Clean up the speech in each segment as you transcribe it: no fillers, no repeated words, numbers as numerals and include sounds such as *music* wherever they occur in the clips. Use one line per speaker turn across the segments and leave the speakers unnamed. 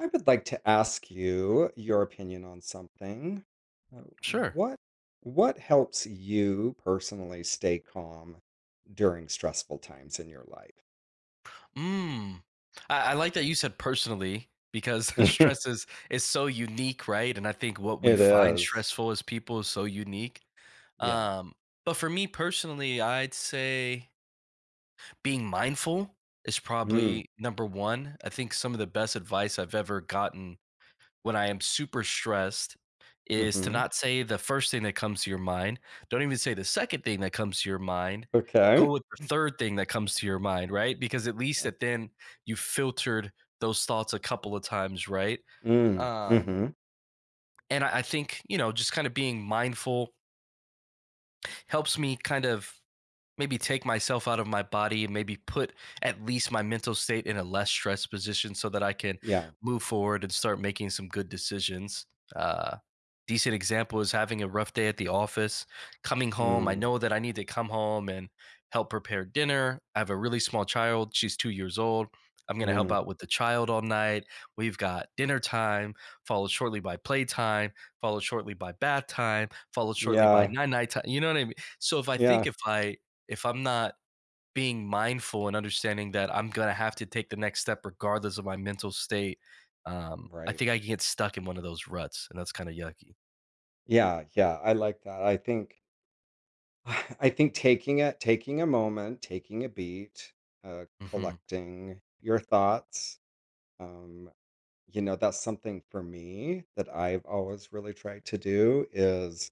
I would like to ask you your opinion on something. Uh,
Sure.
What what helps you personally stay calm during stressful times in your life?
Mm. I like that you said personally because *laughs* stress
*laughs*
is so unique, right? And I think what we
It
find
is.
stressful as people is so unique.
Yeah.
Um, but for me personally, I'd say being mindful is
Mm.
probably number one. I think some of the best advice I've ever gotten when I am super stressed is to
Mm-hmm.
not say the first thing that comes to your mind. Don't even say the second thing that comes to your mind. Go
Okay.
with the third thing that comes to your mind, right? Because at least
Uh,
that then you filtered those thoughts a couple of times, right?
Mm.
Um,
Mm-hmm.
and I think, just kind of being mindful helps me kind of maybe take myself out of my body, maybe put at least my mental state in a less stressed position so that I can
Yeah.
move forward and start making some good decisions. Uh, Decent example is having a rough day at the office, coming home. I
Mm.
know that I need to come home and help prepare dinner. I have a really small child. She's 2 years old. I'm going to help
Mm.
out with the child all night. We've got dinner time, followed shortly by playtime, followed shortly by bath time, followed shortly by
Yeah.
night night time. You know what I mean? So if I think,
Yeah.
if I'm not being mindful and understanding that I'm going to have to take the next step regardless of my mental state, I
Right.
think I can get stuck in one of those ruts, and that's kind of yucky.
Yeah. Yeah. I like that. I think *sighs* I think taking it, taking a moment, taking a beat,
Mhm.
collecting your thoughts. Um, you know, that's something for me that I've always really tried to do is,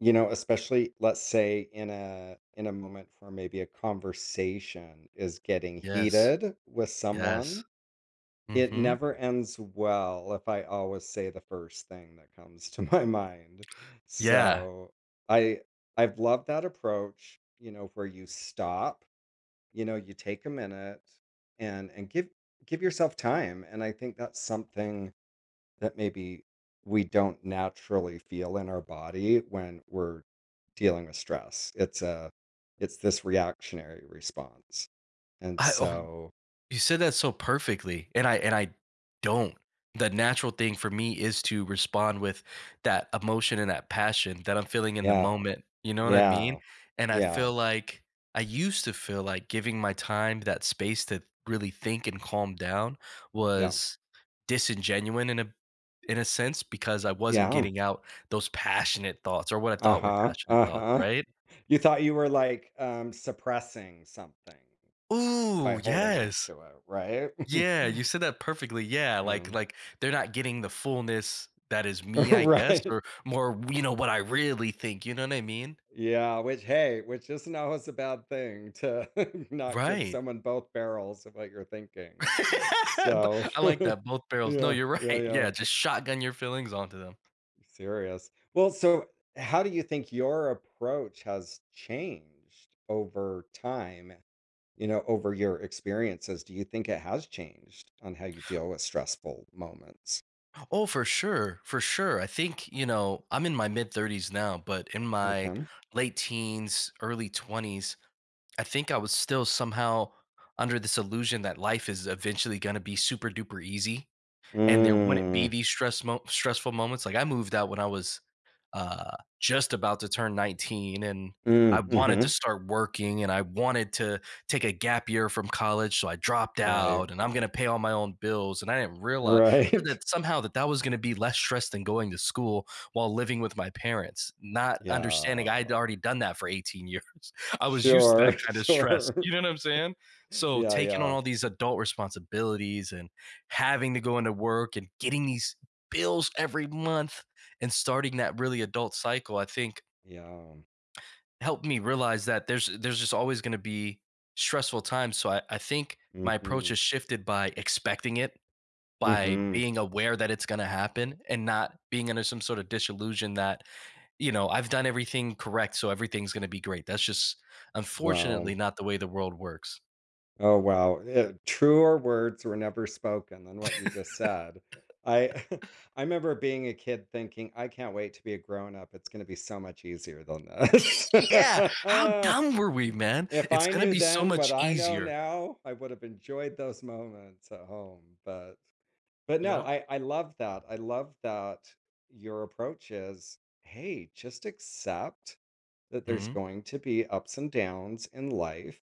you know, especially let's say in a moment where maybe a conversation is getting
Yes.
heated with
Yes.
someone, it
Mhm.
never ends well if I always say the first thing that comes to *laughs* my mind.
Yeah.
So, I I've loved that approach, you know, where you stop, you know, you take a minute and give yourself time, and I think that's something that maybe we don't naturally feel in our body when we're dealing with stress. It's a it's this reactionary response. And
I oh
so,
you said that so perfectly, and I don't. The natural thing for me is to respond with that emotion and that passion that I'm feeling in the
yeah.
moment, you know what I mean?
Yeah.
And I
Yeah.
feel like I used to feel like giving my time that space to really think and calm down
Yeah.
was disingenuine in a sense because I wasn't
Yeah.
getting out those passionate thoughts, or what I thought were
Uh-huh.
passionate thoughts,
Uh-huh.
right?
You thought you were like suppressing something by
Ooh,
holding
yes.
on to it, right?
Yeah, you
*laughs*
said that perfectly. Yeah, like
Um,
like they're not getting the fullness that is me, I guess,
*laughs* right.
or more, what I really think, you know what I mean?
Yeah, which hey, which isn't always a bad thing to *laughs* not give
Right.
someone both barrels of what you're thinking.
*laughs* But
So,
I
*laughs*
like that, both barrels. No,
yeah,
you're
yeah,
right.
yeah.
Yeah, just shotgun your feelings onto them.
Serious. Well, so how do you think your approach has changed over time, you know, over your experiences? Do you think it has changed on how you deal with stressful moments?
Oh, for sure. For sure. I think, I'm in my mid 30s now, but in my
Okay.
late teens, early 20s, I think I was still somehow under this illusion that life is eventually going to be super duper easy and there wouldn't be
Mm,
these stressful moments. Like, I moved out when I was just about to turn 19, and
mm,
I wanted
hmm.
to start working and I wanted to take a gap year from college. So I dropped
Right.
out and I'm going to pay all my own bills. And I didn't realize, I thought
Right.
that somehow that that was going to be less stress than going to school while living with my parents,
*laughs*
not understanding I had
Yeah.
already done that for 18 years. *laughs* I was used to that
Sure, *laughs*
kind of stress.
sure.
You know what I'm saying? So
Yeah,
taking on
yeah,
all these adult responsibilities and having to go into work and getting these bills every month and starting that really adult cycle, I think
yeah.
helped me realize that there's just always going to be stressful times. So I think my approach
Mhm,
has shifted by expecting it, by
mhm.
being aware that it's going to happen, and not being under some sort of disillusion that, you know, I've done everything correct, so everything's going to be great. That's just, unfortunately,
Wow.
not the way the world works.
Oh, wow. Eh, truer words were never spoken than what you just said. I *laughs* I remember being a kid thinking, "I can't wait to be a grown up. It's gonna be so much easier than this."
Yeah, how
*laughs*
dumb were we, man?
If
It's
I
going to
knew
be so
then what
much
I know
easier.
now, I would have enjoyed those moments at home, but no,
Yep.
I love that. I love that your approach is, "Hey, just accept that there's going to be ups and downs in life."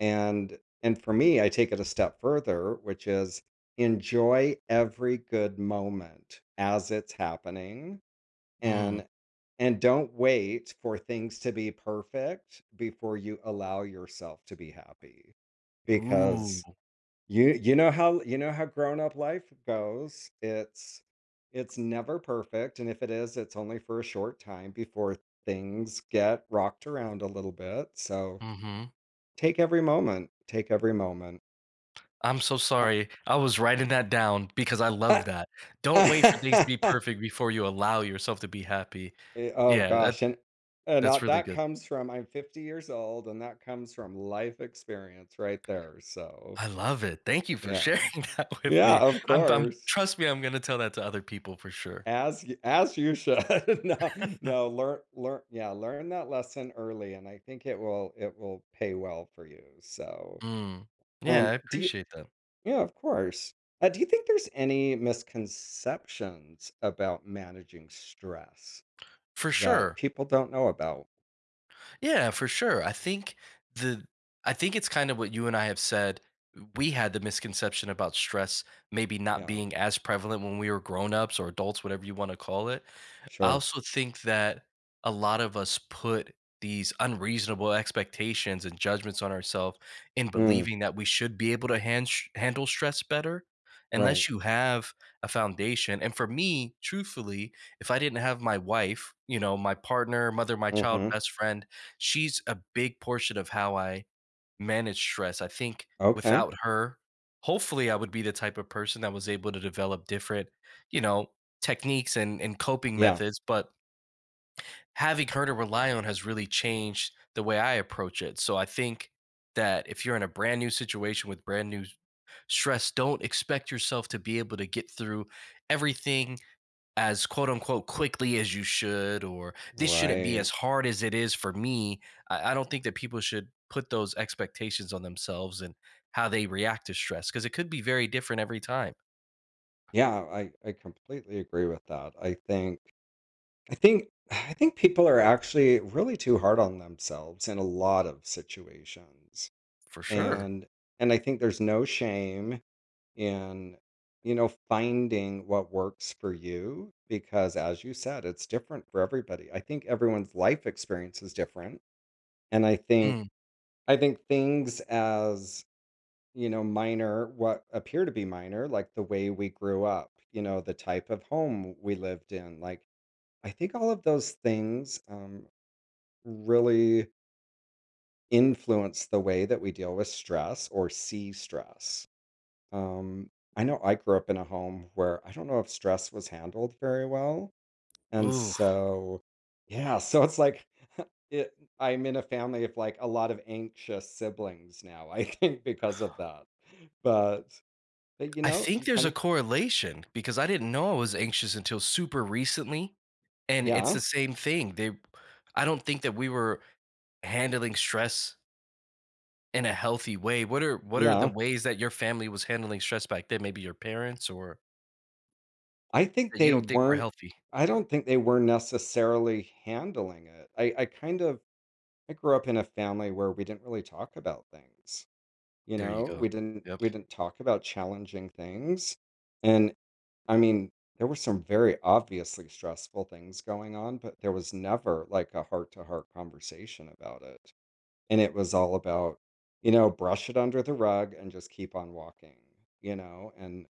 And for me, I take it a step further, which is enjoy every good moment as it's happening
Mm-hmm.
and don't wait for things to be perfect before you allow yourself to be happy,
Ooh.
because you know how grown-up life goes. It's never perfect, and if it is, it's only for a short time before things get rocked around a little bit. So,
Hmm.
take every moment, take every moment.
I'm so
Uh,
sorry. I was writing that down because I
uh,
love that. Don't wait for things to be
*laughs*
perfect before you allow yourself to be happy.
Eh, oh
Yeah, that
gosh, and,
that's really
that
good.
comes from I'm 50 years old, and that comes from life experience right there, so,
I love it. Thank you for
yeah.
sharing *laughs* that with
Yeah,
me.
of
I'm
course.
Trust me, I'm gonna tell that to other people for sure.
As y as you should. *laughs* No,
*laughs*
no, learn yeah, learn that lesson early, and I think it will pay well for you, so,
Mm. Yeah, I
do you
appreciate that.
yeah, of course. Do you think there's any misconceptions about managing stress
For
that
sure.
people don't know about?
Yeah, for sure. The I think it's kind of what you and I have said. We had the misconception about stress maybe not
Yeah,
being as prevalent when we were grown-ups or adults, whatever you want to call it. I
sure.
also think that a lot of us put these unreasonable expectations and judgments on ourselves in
Mm,
believing that we should be able to handle stress better,
right.
unless you have a foundation. And for me, truthfully, if I didn't have my wife, my partner, mother, my child,
Mhm.
best friend, she's a big portion of how I manage stress. I think
Okay.
without her, hopefully I would be the type of person that was able to develop different, you know, techniques and coping
Yeah.
methods, but having her to rely on has really changed the way I approach it. So I think that if you're in a brand new situation with brand new stress, don't expect yourself to be able to get through everything as quote unquote quickly as you should, or this shouldn't be as
Right.
hard as it is for me. I don't think that people should put those expectations on themselves and how they react to stress, because it could be very different every time.
Yeah, I completely agree with that. I think I think people are actually really too hard on themselves in a lot of situations.
For sure.
And and I think there's no shame in you know finding what works for you, because as you said it's different for everybody. I think everyone's life experience is different, and I
Mm.
think things as you know minor, what appear to be minor, like the way we grew up, you know, the type of home we lived in, like, I think all of those things, really influence the way that we deal with stress or see stress. Um, I know I grew up in a home where I don't know if stress was handled very well. And
Ooh,
so, yeah, *laughs* so it's like *laughs* it, I'm in a family of like a lot of anxious siblings now, *laughs* I think, because of that. But, but you
I
know,
think
you
there's
kind
a
of,
correlation because I didn't know I was anxious until super recently, and it's
yeah,
the same thing. I don't think that we were handling stress in a healthy way. What are the
yeah.
ways that your family was handling stress back then? Maybe your parents, or—
I think
That you
they
don't think we're
weren't,
healthy?
I don't think they were necessarily handling it. I kind of, I grew up in a family where we didn't really talk about things. You
There you
know,
go. Yep.
we didn't talk about challenging things. And I mean, there were some very obviously stressful things going on, but there was never like a heart-to-heart conversation about it. And it was all about, you know, brush it under the rug and just keep on walking, you know?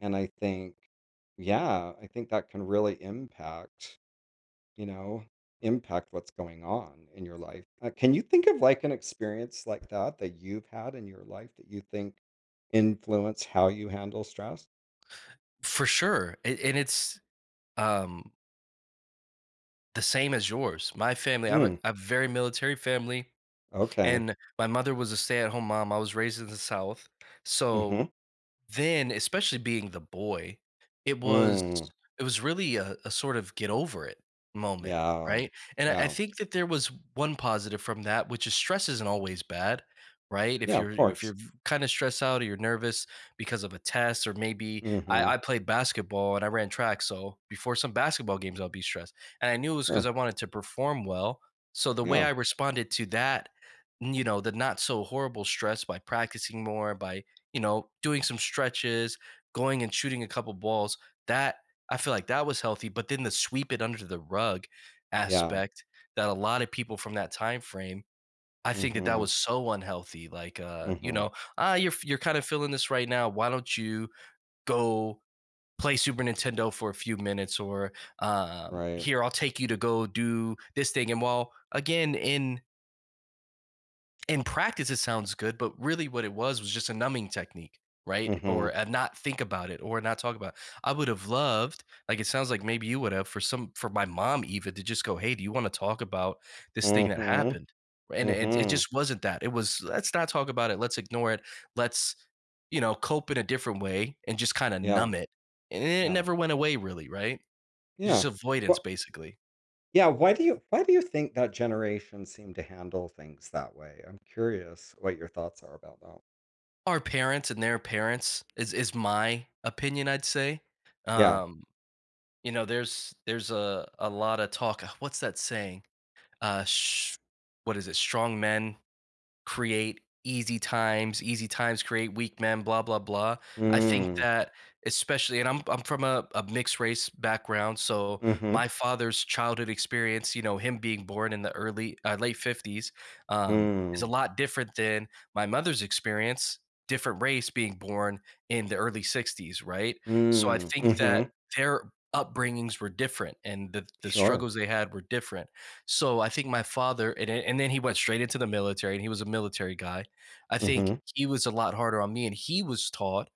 And I think yeah, I think that can really impact you know, impact what's going on in your life. Can you think of like an experience like that that you've had in your life that you think influence how you handle stress?
For sure. And it's, um, the same as yours. My family, I have a
Mm,
I a very military family,
okay.
and my mother was a stay-at-home mom. I was raised in the South, so
Mm-hmm.
then, especially being the boy, it was,
Mm,
it was really a sort of get over it moment,
yeah.
right? And I
Yeah.
think that there was one positive from that, which is stress isn't always bad, right? If
Yeah,
you're
of
if you're
course.
kinda stressed out or you're nervous because of a test, or maybe,
Mm-hmm.
I played basketball and I ran track, so before some basketball games, I'll be stressed, and I knew it was because
Sure.
I wanted to perform well. So the way
Yeah.
I responded to that, the not so horrible stress, by practicing more, by, doing some stretches, going and shooting a couple balls, that, I feel like that was healthy. But then the sweep it under the rug
Yeah.
aspect that a lot of people from that time frame, I think that that
Mm-hmm.
was so unhealthy. Like,
Mm-hmm.
"Ah, you're kind of feeling this right now, why don't you go play Super Nintendo for a few minutes," or,
Right.
"Here, I'll take you to go do this thing," and while, again, in practice it sounds good, but really what it was just a numbing technique, right? Or
Mm-hmm.
a not think about it, or not talk about it. I would have loved, like it sounds like maybe you would have, for my mom even to just go, "Hey, do you want to talk about this thing that
Mm-hmm.
happened?" And it
Mm-hmm.
just wasn't that. It was, "Let's not talk about it, let's ignore it, let's, cope in a different way," and just kind of
Yeah.
numb it. And it
Yeah.
never went away, really. Right? Just
Yeah.
avoidance,
Well,
basically.
yeah, why do you think that generation seem to handle things that way? I'm curious what your thoughts are about that.
Our parents and their parents, is my opinion, I'd say.
Yeah.
um You know, there's a lot of talk, what's that saying? Sh What is it? Strong men create easy times create weak men, blah, blah, blah. I think
Mm.
that, especially— and I'm from a mixed race background, so
Mhm.
my father's childhood experience, him being born in the early late 50s, is a
Mm.
lot different than my mother's experience, different race, being born in the early 60s, right? So I
Mm.
think that
Mhm.
their upbringings were different and the
Sure.
struggles they had were different. So I think my father, and then he went straight into the military, and he was a military guy. I
Mm.
think
Mhm.
he was a lot harder on me, and he was taught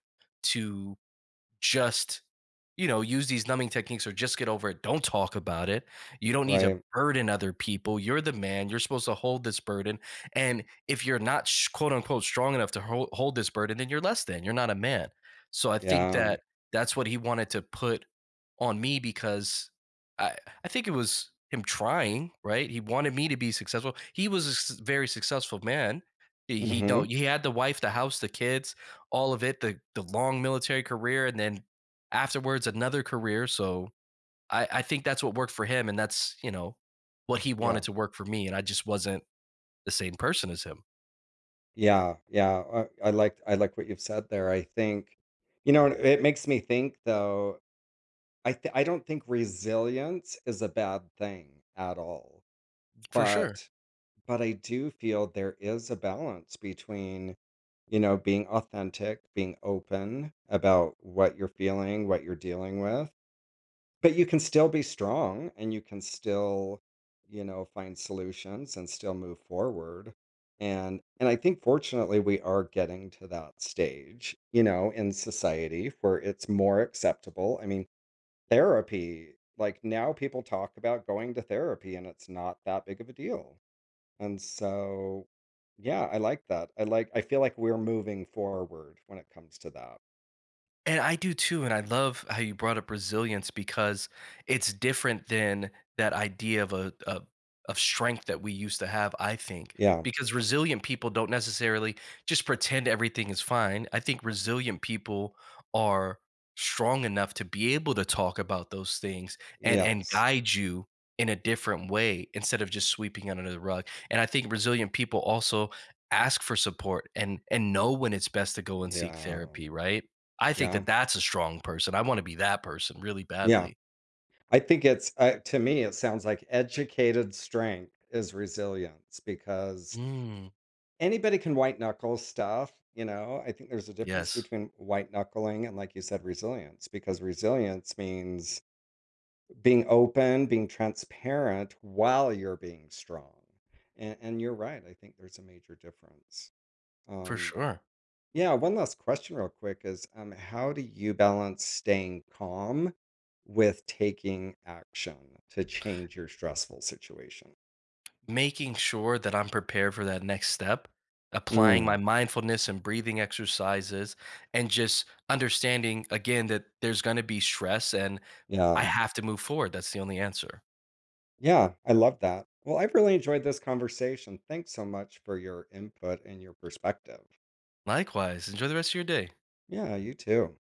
to just use these numbing techniques, or just get over it, don't talk about it, you don't need to
Right.
burden other people, you're the man, you're supposed to hold this burden. And if you're not quote unquote strong enough to hold this burden, then you're less than, you're not a man. So I think
Yeah.
that that's what he wanted to put on me, because i I think it was him trying, right? He wanted me to be successful. He was a very successful man. he,
Mm.
he don't
Mhm.
he had the wife, the house, the kids, all of it, the long military career, and then afterwards another career. So I think that's what worked for him, and that's what he wanted
Yeah.
to work for me, and I just wasn't the same person as him.
Yeah. Yeah. I like I like what you've said there. I think you know, it makes me think though. I don't think resilience is a bad thing at all.
For sure.
But but I do feel there is a balance between you know, being authentic, being open about what you're feeling, what you're dealing with. But you can still be strong and you can still, you know, find solutions and still move forward. And I think fortunately we are getting to that stage, you know, in society where it's more acceptable. I mean, therapy, like now people talk about going to therapy and it's not that big of a deal. And so, yeah, I like that. I like I feel like we're moving forward when it comes to that.
And I do too, and I love how you brought up resilience, because it's different than that idea of of strength that we used to have, I think.
Yeah.
Because resilient people don't necessarily just pretend everything is fine. I think resilient people are strong enough to be able to talk about those things, and
Yes.
guide you in a different way instead of just sweeping it under the rug. And I think resilient people also ask for support, and know when it's best to go and seek
Yeah.
therapy, right? I think
Yeah.
that that's a strong person. I wanna be that person really
Yeah.
badly.
I think it's to me it sounds like educated strength is resilience, because
Mm,
anybody can white knuckle stuff, you know. I think there's a difference
yes,
between white knuckling and like you said resilience, because resilience means being open, being transparent while you're being strong. And you're right. I think there's a major difference.
for
Um,
sure.
yeah. One last question, real quick, is how do you balance staying calm with taking action to change your stressful situation?
Making sure that I'm prepared for that next step, applying my
Mm,
mindfulness and breathing exercises, and just understanding again that there's gonna be stress and I
yeah.
have to move forward. That's the only answer.
Yeah. I love that. Well, I've really enjoyed this conversation. Thanks so much for your input and your perspective.
Likewise, enjoy the rest of your day.
Yeah. You too.